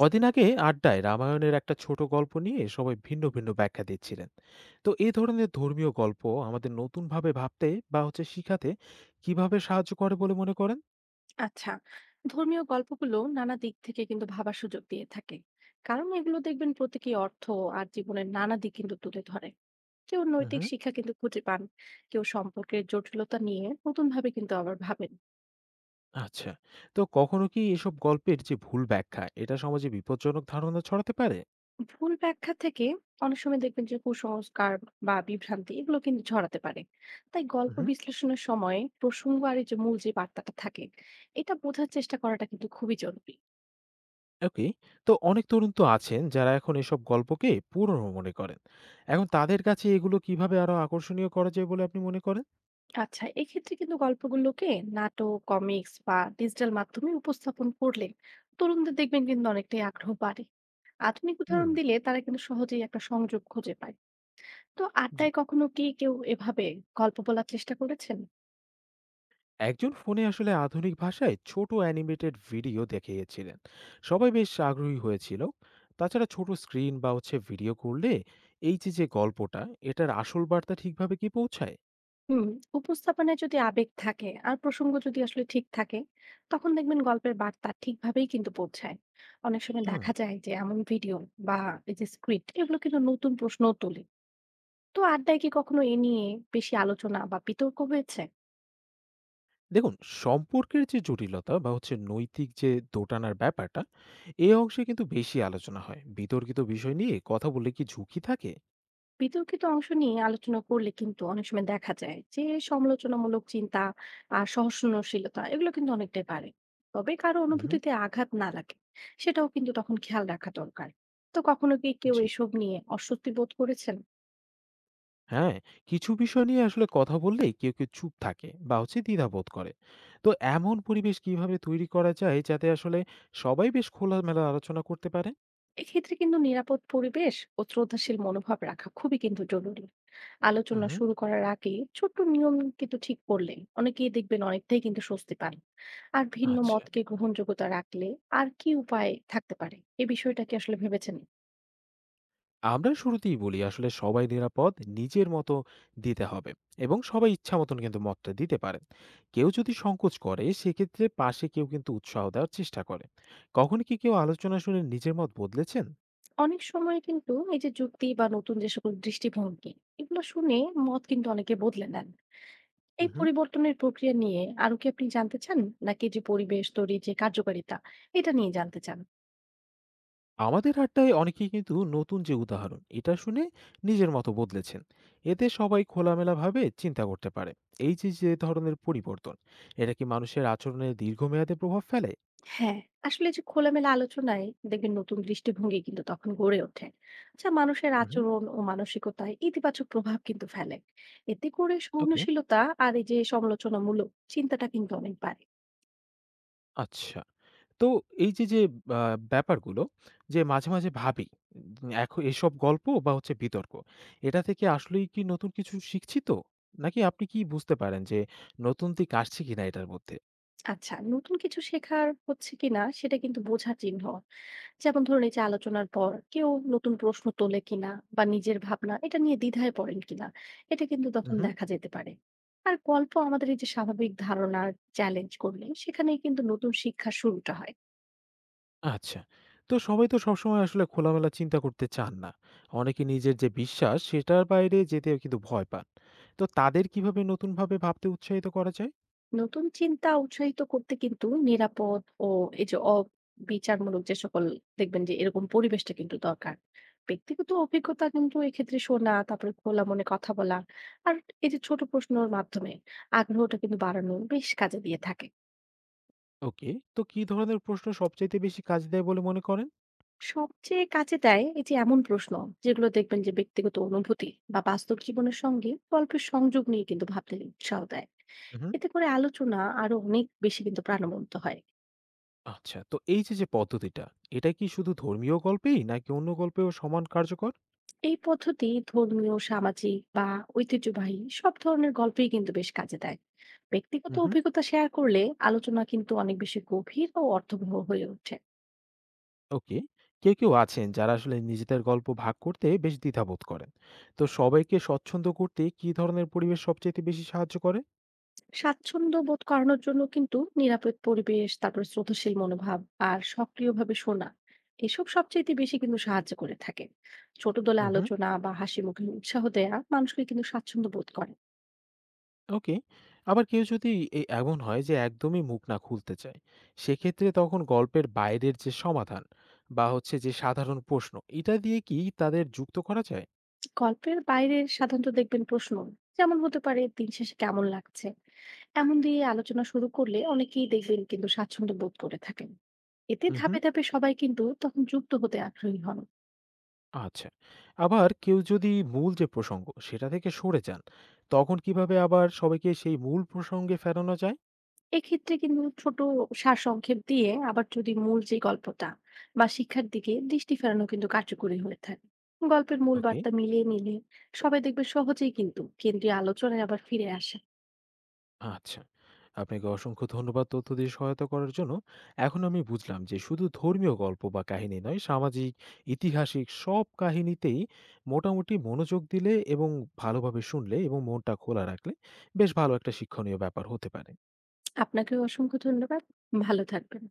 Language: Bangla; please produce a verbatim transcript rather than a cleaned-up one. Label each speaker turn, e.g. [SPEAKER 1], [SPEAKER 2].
[SPEAKER 1] কদিন আগে আড্ডায় রামায়ণের একটা ছোট গল্প নিয়ে সবাই ভিন্ন ভিন্ন ব্যাখ্যা দিচ্ছিলেন। তো এই ধরনের ধর্মীয় গল্প আমাদের নতুনভাবে ভাবতে বা হচ্ছে শিখাতে কিভাবে সাহায্য করে বলে মনে করেন?
[SPEAKER 2] আচ্ছা, ধর্মীয় গল্পগুলো নানা দিক থেকে কিন্তু ভাবার সুযোগ দিয়ে থাকে। কারণ এগুলো দেখবেন প্রতীকী অর্থ আর জীবনের নানা দিক কিন্তু তুলে ধরে। কেউ নৈতিক
[SPEAKER 1] হুম।
[SPEAKER 2] শিক্ষা কিন্তু খুঁজে পান, কেউ সম্পর্কের জটিলতা নিয়ে নতুন ভাবে কিন্তু আবার ভাবেন।
[SPEAKER 1] আচ্ছা। তো কখনো কি এসব গল্পের যে ভুল ব্যাখ্যা, এটা সমাজে বিপজ্জনক ধারণা ছড়াতে পারে?
[SPEAKER 2] ভুল ব্যাখ্যা থেকে অনেক সময় দেখবেন যে কুসংস্কার বা বিভ্রান্তি এগুলো কিন্তু ছড়াতে পারে। তাই গল্প
[SPEAKER 1] হুম।
[SPEAKER 2] বিশ্লেষণের সময় প্রসঙ্গ আর এই যে মূল যে বার্তাটা থাকে, এটা বোঝার চেষ্টা করাটা কিন্তু খুবই জরুরি।
[SPEAKER 1] ওকে। তো অনেক তরুণ তো আছেন যারা এখন এসব গল্পকে পুরনো মনে করেন। এখন তাদের কাছে এগুলো কিভাবে আরো আকর্ষণীয় করা যায় বলে আপনি মনে করেন?
[SPEAKER 2] আচ্ছা, এক্ষেত্রে কিন্তু গল্পগুলোকে নাটক, কমিক্স বা ডিজিটাল মাধ্যমে উপস্থাপন করলে তরুণদের দেখবেন কিন্তু অনেকটাই আগ্রহ বাড়ে। আধুনিক
[SPEAKER 1] হুম।
[SPEAKER 2] উদাহরণ দিলে তারা কিন্তু সহজেই একটা সংযোগ খুঁজে পায়। তো
[SPEAKER 1] জি।
[SPEAKER 2] আড্ডায় কখনো কি কেউ এভাবে গল্প বলার চেষ্টা করেছেন?
[SPEAKER 1] একজন ফোনে আসলে আধুনিক ভাষায় ছোট অ্যানিমেটেড ভিডিও দেখিয়েছিলেন, সবাই বেশ আগ্রহী হয়েছিল। তাছাড়া ছোট স্ক্রিন বা হচ্ছে ভিডিও করলে এই যে যে গল্পটা, এটার আসল বার্তা ঠিকভাবে কি পৌঁছায়?
[SPEAKER 2] হুম, উপস্থাপনায় যদি আবেগ থাকে আর প্রসঙ্গ যদি আসলে ঠিক থাকে, তখন দেখবেন গল্পের বার্তা ঠিকভাবেই কিন্তু পৌঁছায়। অনেক সময়
[SPEAKER 1] হুম।
[SPEAKER 2] দেখা যায় যে এমন ভিডিও বা এই যে স্ক্রিপ্ট এগুলো কিন্তু নতুন প্রশ্নও তোলে। তো আড্ডায় কি কখনো এ নিয়ে বেশি আলোচনা বা বিতর্ক হয়েছে?
[SPEAKER 1] দেখুন, সম্পর্কের যে জটিলতা বা হচ্ছে নৈতিক যে দোটানার ব্যাপারটা, এই অংশে কিন্তু বেশি আলোচনা হয়। বিতর্কিত বিষয় নিয়ে কথা বললে কি ঝুঁকি থাকে?
[SPEAKER 2] বিতর্কিত অংশ নিয়ে আলোচনা করলে কিন্তু অনেক সময় দেখা যায় যে সমালোচনামূলক চিন্তা আর সহনশীলতা এগুলো কিন্তু অনেকটাই বাড়ে। তবে কারো
[SPEAKER 1] হুম।
[SPEAKER 2] অনুভূতিতে আঘাত না লাগে সেটাও কিন্তু তখন খেয়াল রাখা দরকার। তো কখনো কি কেউ
[SPEAKER 1] জি।
[SPEAKER 2] এসব নিয়ে অস্বস্তি বোধ করেছেন?
[SPEAKER 1] হ্যাঁ, কিছু বিষয় নিয়ে আসলে কথা বললেই কেউ, কেউ চুপ থাকে বা হচ্ছে দ্বিধাবোধ করে। তো এমন পরিবেশ কিভাবে তৈরি করা যায় যাতে আসলে সবাই বেশ খোলামেলা আলোচনা করতে পারে?
[SPEAKER 2] এক্ষেত্রে কিন্তু নিরাপদ পরিবেশ ও শ্রদ্ধাশীল মনোভাব রাখা খুবই কিন্তু জরুরি।
[SPEAKER 1] হু,
[SPEAKER 2] আলোচনা
[SPEAKER 1] হু।
[SPEAKER 2] শুরু করার আগে ছোট্ট নিয়ম কিন্তু ঠিক করলে অনেকেই দেখবেন অনেকটাই কিন্তু স্বস্তি পান। আর ভিন্ন
[SPEAKER 1] আচ্ছা।
[SPEAKER 2] মতকে গ্রহণযোগ্যতা রাখলে আর কি উপায় থাকতে পারে, এই বিষয়টা কি আসলে ভেবেছেন?
[SPEAKER 1] আমরা শুরুতেই বলি আসলে সবাই নিরাপদ নিজের মতো দিতে হবে, এবং সবাই ইচ্ছা মতন কিন্তু মতটা দিতে পারেন। কেউ যদি সংকোচ করে সেক্ষেত্রে পাশে কেউ কিন্তু উৎসাহ দেওয়ার চেষ্টা করে। কখনো কি কেউ আলোচনা শুনে নিজের মত বদলেছেন?
[SPEAKER 2] অনেক সময় কিন্তু এই যে যুক্তি বা নতুন যে সকল দৃষ্টিভঙ্গি, এগুলো শুনে মত কিন্তু অনেকে বদলে নেন।
[SPEAKER 1] হু,
[SPEAKER 2] এই
[SPEAKER 1] হু।
[SPEAKER 2] পরিবর্তনের প্রক্রিয়া নিয়ে আরো কি আপনি জানতে চান, নাকি যে পরিবেশ তৈরির যে কার্যকারিতা এটা নিয়ে জানতে চান?
[SPEAKER 1] আমাদের আড্ডায় অনেকেই কিন্তু নতুন যে উদাহরণ এটা শুনে নিজের মতো বদলেছেন, এতে সবাই খোলামেলাভাবে চিন্তা করতে পারে। এই যে যে ধরনের পরিবর্তন, এটা কি মানুষের আচরণে দীর্ঘমেয়াদে প্রভাব ফেলে?
[SPEAKER 2] হ্যাঁ, আসলে যে খোলামেলা আলোচনায় দেখবেন নতুন দৃষ্টিভঙ্গি কিন্তু তখন গড়ে ওঠে। আচ্ছা, মানুষের
[SPEAKER 1] হুম।
[SPEAKER 2] আচরণ ও মানসিকতায় ইতিবাচক প্রভাব কিন্তু ফেলে। এতে করে
[SPEAKER 1] ওকে।
[SPEAKER 2] সহনশীলতা আর এই যে সমালোচনামূলক চিন্তাটা কিন্তু অনেক বাড়ে।
[SPEAKER 1] আচ্ছা। তো এই যে যে আহ, ব্যাপারগুলো যে মাঝে মাঝে ভাবি, উম, এখন এসব গল্প বা হচ্ছে বিতর্ক, এটা থেকে আসলেই কি নতুন কিছু শিখছি, তো নাকি আপনি কি বুঝতে পারেন যে নতুন দিক আসছে কিনা এটার মধ্যে?
[SPEAKER 2] আচ্ছা, নতুন কিছু শেখার হচ্ছে কিনা সেটা কিন্তু বোঝার চিহ্ন, যেমন ধরুন এই যে আলোচনার পর কেউ নতুন প্রশ্ন তোলে কিনা বা নিজের ভাবনা এটা নিয়ে দ্বিধায় পড়েন কিনা, এটা কিন্তু তখন দেখা যেতে পারে। আর গল্প আমাদের এই যে স্বাভাবিক ধারণার চ্যালেঞ্জ করলে সেখানেই কিন্তু নতুন শিক্ষা শুরুটা হয়।
[SPEAKER 1] আচ্ছা। তো সবাই তো সবসময় আসলে খোলামেলা চিন্তা করতে চান না। অনেকে নিজের যে বিশ্বাস সেটার বাইরে যেতে কিন্তু ভয় পান। তো তাদের কিভাবে নতুনভাবে ভাবতে উৎসাহিত করা যায়?
[SPEAKER 2] নতুন চিন্তা উৎসাহিত করতে কিন্তু নিরাপদ ও এই যে অবিচারমূলক যে সকল, দেখবেন যে এরকম পরিবেশটা কিন্তু দরকার। ব্যক্তিগত অভিজ্ঞতা কিন্তু এক্ষেত্রে শোনা, তারপরে খোলা মনে কথা বলা আর এই যে ছোট প্রশ্নর মাধ্যমে আগ্রহটা কিন্তু বাড়ানো বেশ কাজে দিয়ে থাকে।
[SPEAKER 1] ওকে। তো কি ধরনের প্রশ্ন সবচাইতে বেশি কাজ দেয় বলে মনে করেন?
[SPEAKER 2] সবচেয়ে কাজে দেয় এই যে এমন প্রশ্ন, যেগুলো দেখবেন যে ব্যক্তিগত অনুভূতি বা বাস্তব জীবনের সঙ্গে গল্পের সংযোগ নিয়ে কিন্তু ভাবতে উৎসাহ দেয়।
[SPEAKER 1] হুম।
[SPEAKER 2] এতে করে আলোচনা আরো অনেক বেশি কিন্তু প্রাণবন্ত হয়।
[SPEAKER 1] আচ্ছা। তো এই যে, যে পদ্ধতিটা, এটা কি শুধু ধর্মীয় গল্পেই নাকি অন্য গল্পেও সমান কার্যকর?
[SPEAKER 2] এই পদ্ধতি ধর্মীয়, সামাজিক বা ঐতিহ্যবাহী সব ধরনের গল্পেই কিন্তু বেশ কাজে দেয়। ব্যক্তিগত
[SPEAKER 1] হুম।
[SPEAKER 2] অভিজ্ঞতা শেয়ার করলে আলোচনা কিন্তু অনেক বেশি গভীর ও অর্থবহ হয়ে ওঠে।
[SPEAKER 1] ওকে। কেউ, কেউ আছেন যারা আসলে নিজেদের গল্প ভাগ করতে বেশ দ্বিধাবোধ করেন। তো সবাইকে স্বচ্ছন্দ করতে কি ধরনের পরিবেশ সবচাইতে বেশি সাহায্য করে?
[SPEAKER 2] স্বাচ্ছন্দ্য বোধ করানোর জন্য কিন্তু নিরাপদ পরিবেশ, তারপর শ্রদ্ধাশীল মনোভাব আর সক্রিয়ভাবে শোনা, এসব সবচেয়ে বেশি কিন্তু সাহায্য করে থাকে। ছোট দলে
[SPEAKER 1] হুম।
[SPEAKER 2] আলোচনা বা হাসি মুখে উৎসাহ দেয়া মানুষকে কিন্তু স্বাচ্ছন্দ্য বোধ করে।
[SPEAKER 1] ওকে। আবার কেউ যদি এ এমন হয় যে একদমই মুখ না খুলতে চায়, সেক্ষেত্রে তখন গল্পের বাইরের যে সমাধান বা হচ্ছে যে সাধারণ প্রশ্ন, এটা দিয়ে কি তাদের যুক্ত করা যায়?
[SPEAKER 2] গল্পের বাইরে সাধারণত দেখবেন প্রশ্ন, যেমন হতে পারে দিন শেষে কেমন লাগছে, এমন দিয়ে আলোচনা শুরু করলে অনেকেই দেখবেন কিন্তু স্বাচ্ছন্দ্য বোধ করে থাকেন। এতে
[SPEAKER 1] উহু।
[SPEAKER 2] ধাপে ধাপে সবাই কিন্তু তখন যুক্ত হতে আগ্রহী হন।
[SPEAKER 1] আচ্ছা। আবার কেউ যদি মূল যে প্রসঙ্গ, সেটা থেকে সরে যান, তখন কিভাবে আবার সবাইকে সেই মূল প্রসঙ্গে ফেরানো যায়?
[SPEAKER 2] এক্ষেত্রে কিন্তু ছোট সারসংক্ষেপ দিয়ে আবার যদি মূল যে গল্পটা বা শিক্ষার দিকে দৃষ্টি ফেরানো, কিন্তু কার্যকরী হয়ে থাকে। গল্পের মূল
[SPEAKER 1] ওকে।
[SPEAKER 2] বার্তা মিলিয়ে নিলে সবাই দেখবে সহজেই কিন্তু কেন্দ্রীয় আলোচনায় আবার ফিরে আসে।
[SPEAKER 1] আচ্ছা। আপনাকে অসংখ্য ধন্যবাদ তথ্য দিয়ে সহায়তা করার জন্য। এখন আমি বুঝলাম যে শুধু ধর্মীয় গল্প বা কাহিনী নয়, সামাজিক, ইতিহাসিক সব কাহিনীতেই মোটামুটি মনোযোগ দিলে এবং ভালোভাবে শুনলে এবং মনটা খোলা রাখলে বেশ ভালো একটা শিক্ষণীয় ব্যাপার হতে পারে।
[SPEAKER 2] আপনাকেও অসংখ্য ধন্যবাদ, ভালো থাকবেন।